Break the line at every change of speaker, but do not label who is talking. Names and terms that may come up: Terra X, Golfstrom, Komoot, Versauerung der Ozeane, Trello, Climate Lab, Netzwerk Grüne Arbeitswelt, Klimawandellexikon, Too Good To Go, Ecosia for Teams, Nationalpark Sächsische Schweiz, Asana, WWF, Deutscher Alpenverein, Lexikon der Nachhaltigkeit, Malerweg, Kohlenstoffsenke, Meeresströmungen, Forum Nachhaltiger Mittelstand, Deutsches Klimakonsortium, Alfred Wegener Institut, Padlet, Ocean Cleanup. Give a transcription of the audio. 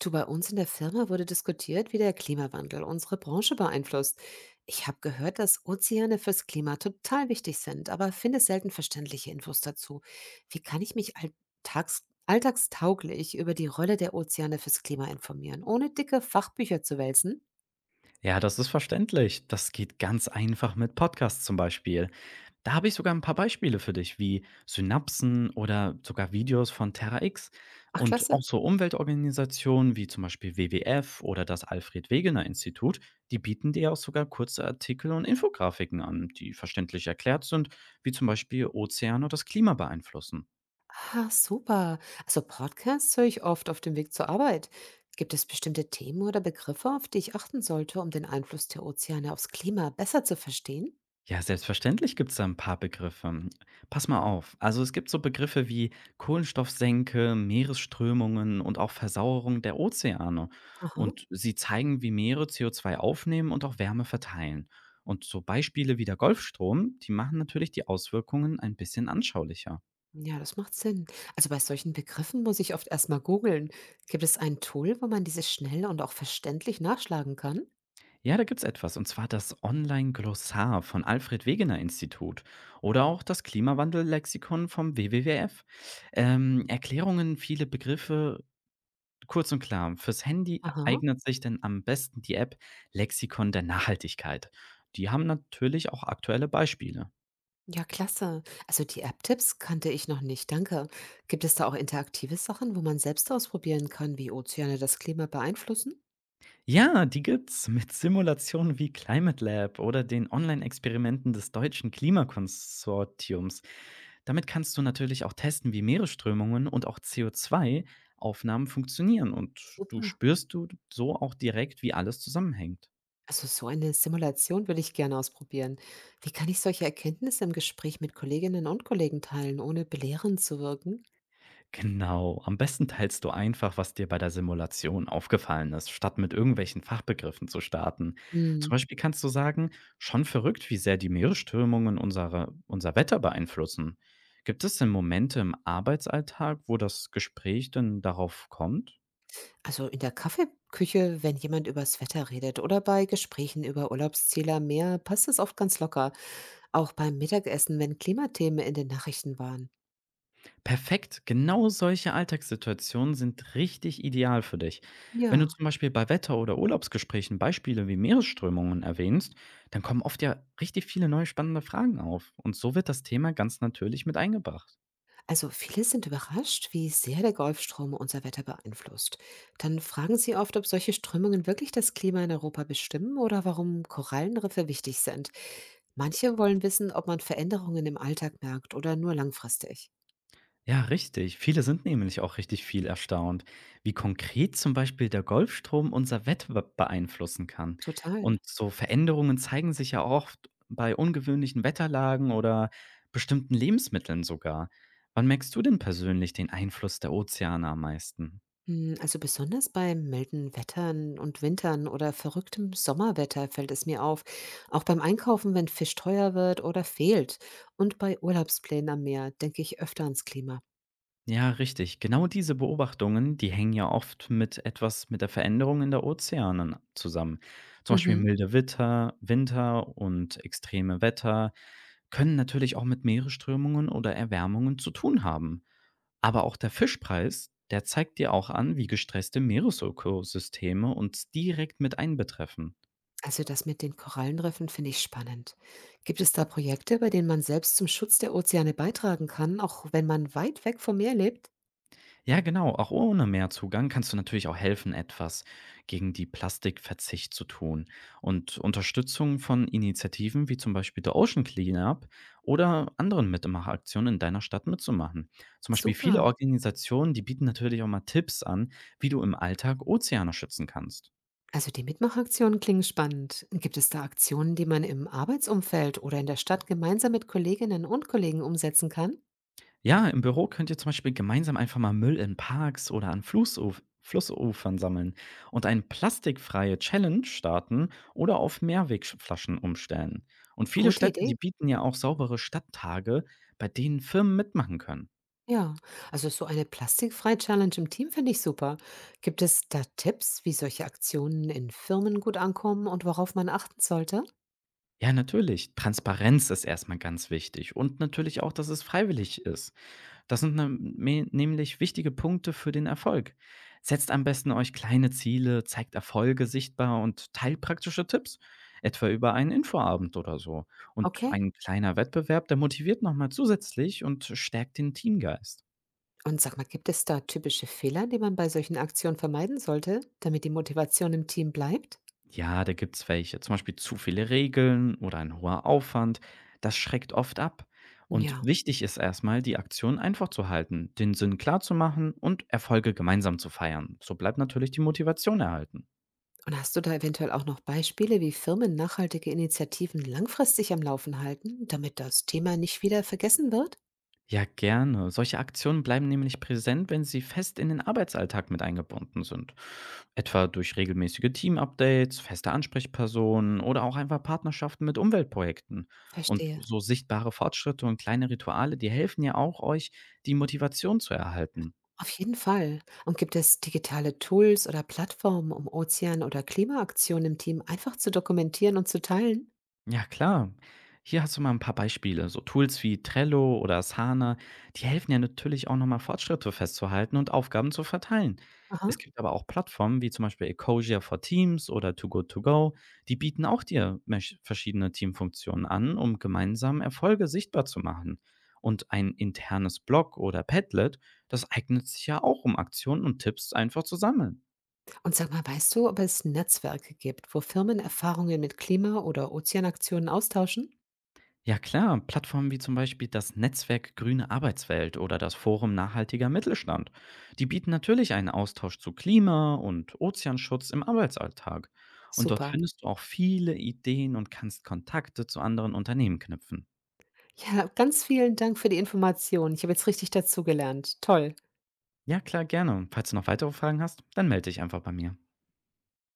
Du, bei uns in der Firma wurde diskutiert, wie der Klimawandel unsere Branche beeinflusst. Ich habe gehört, dass Ozeane fürs Klima total wichtig sind, aber finde selten verständliche Infos dazu. Wie kann ich mich alltags alltagstauglich über die Rolle der Ozeane fürs Klima informieren, ohne dicke Fachbücher zu wälzen?
Ja, das ist verständlich. Das geht ganz einfach mit Podcasts zum Beispiel. Da habe ich sogar ein paar Beispiele für dich, wie Synapsen oder sogar Videos von Terra X
Ach,
und auch
klasse.
so Umweltorganisationen wie zum Beispiel WWF oder das Alfred Wegener Institut, die bieten dir auch sogar kurze Artikel und Infografiken an, die verständlich erklärt sind, wie zum Beispiel Ozean oder das Klima beeinflussen.
Ah, super. Also Podcasts höre ich oft auf dem Weg zur Arbeit. Gibt es bestimmte Themen oder Begriffe, auf die ich achten sollte, um den Einfluss der Ozeane aufs Klima besser zu verstehen?
Ja, selbstverständlich gibt's da ein paar Begriffe. Pass mal auf. Also, es gibt so Begriffe wie Kohlenstoffsenke, Meeresströmungen und auch Versauerung der Ozeane.
Aha.
Und sie zeigen, wie Meere CO2 aufnehmen und auch Wärme verteilen. Und so Beispiele wie der Golfstrom, die machen natürlich die Auswirkungen ein bisschen anschaulicher.
Ja, das macht Sinn. Also bei solchen Begriffen muss ich oft erstmal googeln. Gibt es ein Tool, wo man diese schnell und auch verständlich nachschlagen kann?
Ja, da gibt's etwas, und zwar das Online-Glossar von Alfred Wegener Institut oder auch das Klimawandellexikon vom WWWF. Erklärungen, viele Begriffe, kurz und klar, fürs Handy
Aha.
eignet sich denn am besten die App Lexikon der Nachhaltigkeit. Die haben natürlich auch aktuelle Beispiele.
Ja, klasse. Also die App-Tipps kannte ich noch nicht, danke. Gibt es da auch interaktive Sachen, wo man selbst ausprobieren kann, wie Ozeane das Klima beeinflussen?
Ja, die gibt's mit Simulationen wie Climate Lab oder den Online-Experimenten des Deutschen Klimakonsortiums. Damit kannst du natürlich auch testen, wie Meeresströmungen und auch CO2-Aufnahmen funktionieren und du
Super.
spürst du so auch direkt, wie alles zusammenhängt.
Also so eine Simulation würde ich gerne ausprobieren. Wie kann ich solche Erkenntnisse im Gespräch mit Kolleginnen und Kollegen teilen, ohne belehrend zu wirken?
Genau. Am besten teilst du einfach, was dir bei der Simulation aufgefallen ist, statt mit irgendwelchen Fachbegriffen zu starten. Zum Beispiel kannst du sagen, schon verrückt, wie sehr die Meeresströmungen unser Wetter beeinflussen. Gibt es denn Momente im Arbeitsalltag, wo das Gespräch denn darauf kommt?
Also in der Kaffeeküche, wenn jemand übers Wetter redet oder bei Gesprächen über Urlaubsziele am Meer, passt es oft ganz locker. Auch beim Mittagessen, wenn Klimathemen in den Nachrichten waren.
Perfekt, genau solche Alltagssituationen sind richtig ideal für dich. Wenn du
Ja,
zum Beispiel bei Wetter- oder Urlaubsgesprächen Beispiele wie Meeresströmungen erwähnst, dann kommen oft ja richtig viele neue spannende Fragen auf. Und so wird das Thema ganz natürlich mit eingebracht.
also viele sind überrascht, wie sehr der Golfstrom unser Wetter beeinflusst. Dann fragen sie oft, ob solche Strömungen wirklich das Klima in Europa bestimmen oder warum Korallenriffe wichtig sind. Manche wollen wissen, ob man Veränderungen im Alltag merkt oder nur langfristig.
Ja, richtig. Viele sind nämlich auch richtig viel erstaunt, wie konkret zum Beispiel der Golfstrom unser Wetter beeinflussen kann.
Total.
Und so Veränderungen zeigen sich ja oft bei ungewöhnlichen Wetterlagen oder bestimmten Lebensmitteln sogar. Wann merkst du denn persönlich den Einfluss der Ozeane am meisten?
Hm, also besonders bei milden Wettern und Wintern oder verrücktem Sommerwetter fällt es mir auf. Auch beim Einkaufen, wenn Fisch teuer wird oder fehlt. Und bei Urlaubsplänen am Meer denke ich öfter ans Klima.
Ja, richtig. Genau diese Beobachtungen, die hängen ja oft mit etwas mit der Veränderung in der Ozeanen zusammen. Zum Beispiel
Mhm.
milde Witter, Winter und extreme Wetter können natürlich auch mit Meeresströmungen oder Erwärmungen zu tun haben. Aber auch der Fischpreis, der zeigt dir auch an, wie gestresste Meeresökosysteme uns direkt mit einbetreffen.
Also das mit den Korallenriffen finde ich spannend. Gibt es da Projekte, bei denen man selbst zum Schutz der Ozeane beitragen kann, auch wenn man weit weg vom Meer lebt?
Ja, genau. Auch ohne Mehrzugang kannst du natürlich auch helfen, etwas gegen die Plastikverzicht zu tun. Und Unterstützung von Initiativen wie zum Beispiel der Ocean Cleanup oder anderen Mitmachaktionen in deiner Stadt mitzumachen. Zum Beispiel
Super.
viele Organisationen, die bieten natürlich auch mal Tipps an, wie du im Alltag Ozeane schützen kannst.
Also die Mitmachaktionen klingen spannend. Gibt es da Aktionen, die man im Arbeitsumfeld oder in der Stadt gemeinsam mit Kolleginnen und Kollegen umsetzen kann?
Ja, im Büro könnt ihr zum Beispiel gemeinsam einfach mal Müll in Parks oder an Flussufern sammeln und eine plastikfreie Challenge starten oder auf Mehrwegflaschen umstellen. Und viele
Gute
Städte,
Idee.
die bieten ja auch saubere Stadttage, bei denen Firmen mitmachen können.
Ja, also so eine Plastikfrei-Challenge im Team finde ich super. Gibt es da Tipps, wie solche Aktionen in Firmen gut ankommen und worauf man achten sollte?
Ja, natürlich. Transparenz ist erstmal ganz wichtig und natürlich auch, dass es freiwillig ist. Das sind nem me nämlich wichtige Punkte für den Erfolg. Setzt am besten euch kleine Ziele, zeigt Erfolge sichtbar und teilt praktische Tipps, etwa über einen Infoabend oder so. Und
Okay.
ein kleiner Wettbewerb, der motiviert nochmal zusätzlich und stärkt den Teamgeist.
Und sag mal, gibt es da typische Fehler, die man bei solchen Aktionen vermeiden sollte, damit die Motivation im Team bleibt?
Ja, da gibt's welche. Zum Beispiel zu viele Regeln oder ein hoher Aufwand. Das schreckt oft ab. Und
Ja.
wichtig ist erstmal, die Aktion einfach zu halten, den Sinn klar zu machen und Erfolge gemeinsam zu feiern. So bleibt natürlich die Motivation erhalten.
Und hast du da eventuell auch noch Beispiele, wie Firmen nachhaltige Initiativen langfristig am Laufen halten, damit das Thema nicht wieder vergessen wird?
Ja, gerne. Solche Aktionen bleiben nämlich präsent, wenn sie fest in den Arbeitsalltag mit eingebunden sind. Etwa durch regelmäßige Team-Updates, feste Ansprechpersonen oder auch einfach Partnerschaften mit Umweltprojekten. Und
Verstehe.
so sichtbare Fortschritte und kleine Rituale, die helfen ja auch euch, die Motivation zu erhalten.
Auf jeden Fall. Und gibt es digitale Tools oder Plattformen, um Ozean- oder Klimaaktionen im Team einfach zu dokumentieren und zu teilen?
Ja, klar. Hier hast du mal ein paar Beispiele. So Tools wie Trello oder Asana, die helfen ja natürlich auch nochmal Fortschritte festzuhalten und Aufgaben zu verteilen.
Aha.
Es gibt aber auch Plattformen wie zum Beispiel Ecosia for Teams oder Too Good To Go, die bieten auch dir verschiedene Teamfunktionen an, um gemeinsam Erfolge sichtbar zu machen. Und ein internes Blog oder Padlet, das eignet sich ja auch, um Aktionen und Tipps einfach zu sammeln.
Und sag mal, weißt du, ob es Netzwerke gibt, wo Firmen Erfahrungen mit Klima- oder Ozeanaktionen austauschen?
Ja klar, Plattformen wie zum Beispiel das Netzwerk Grüne Arbeitswelt oder das Forum Nachhaltiger Mittelstand. Die bieten natürlich einen Austausch zu Klima und Ozeanschutz im Arbeitsalltag. Und dort
Super.
findest du auch viele Ideen und kannst Kontakte zu anderen Unternehmen knüpfen.
Ja, ganz vielen Dank für die Information. Ich habe jetzt richtig dazugelernt. Toll.
Ja klar, gerne. Und falls du noch weitere Fragen hast, dann melde dich einfach bei mir.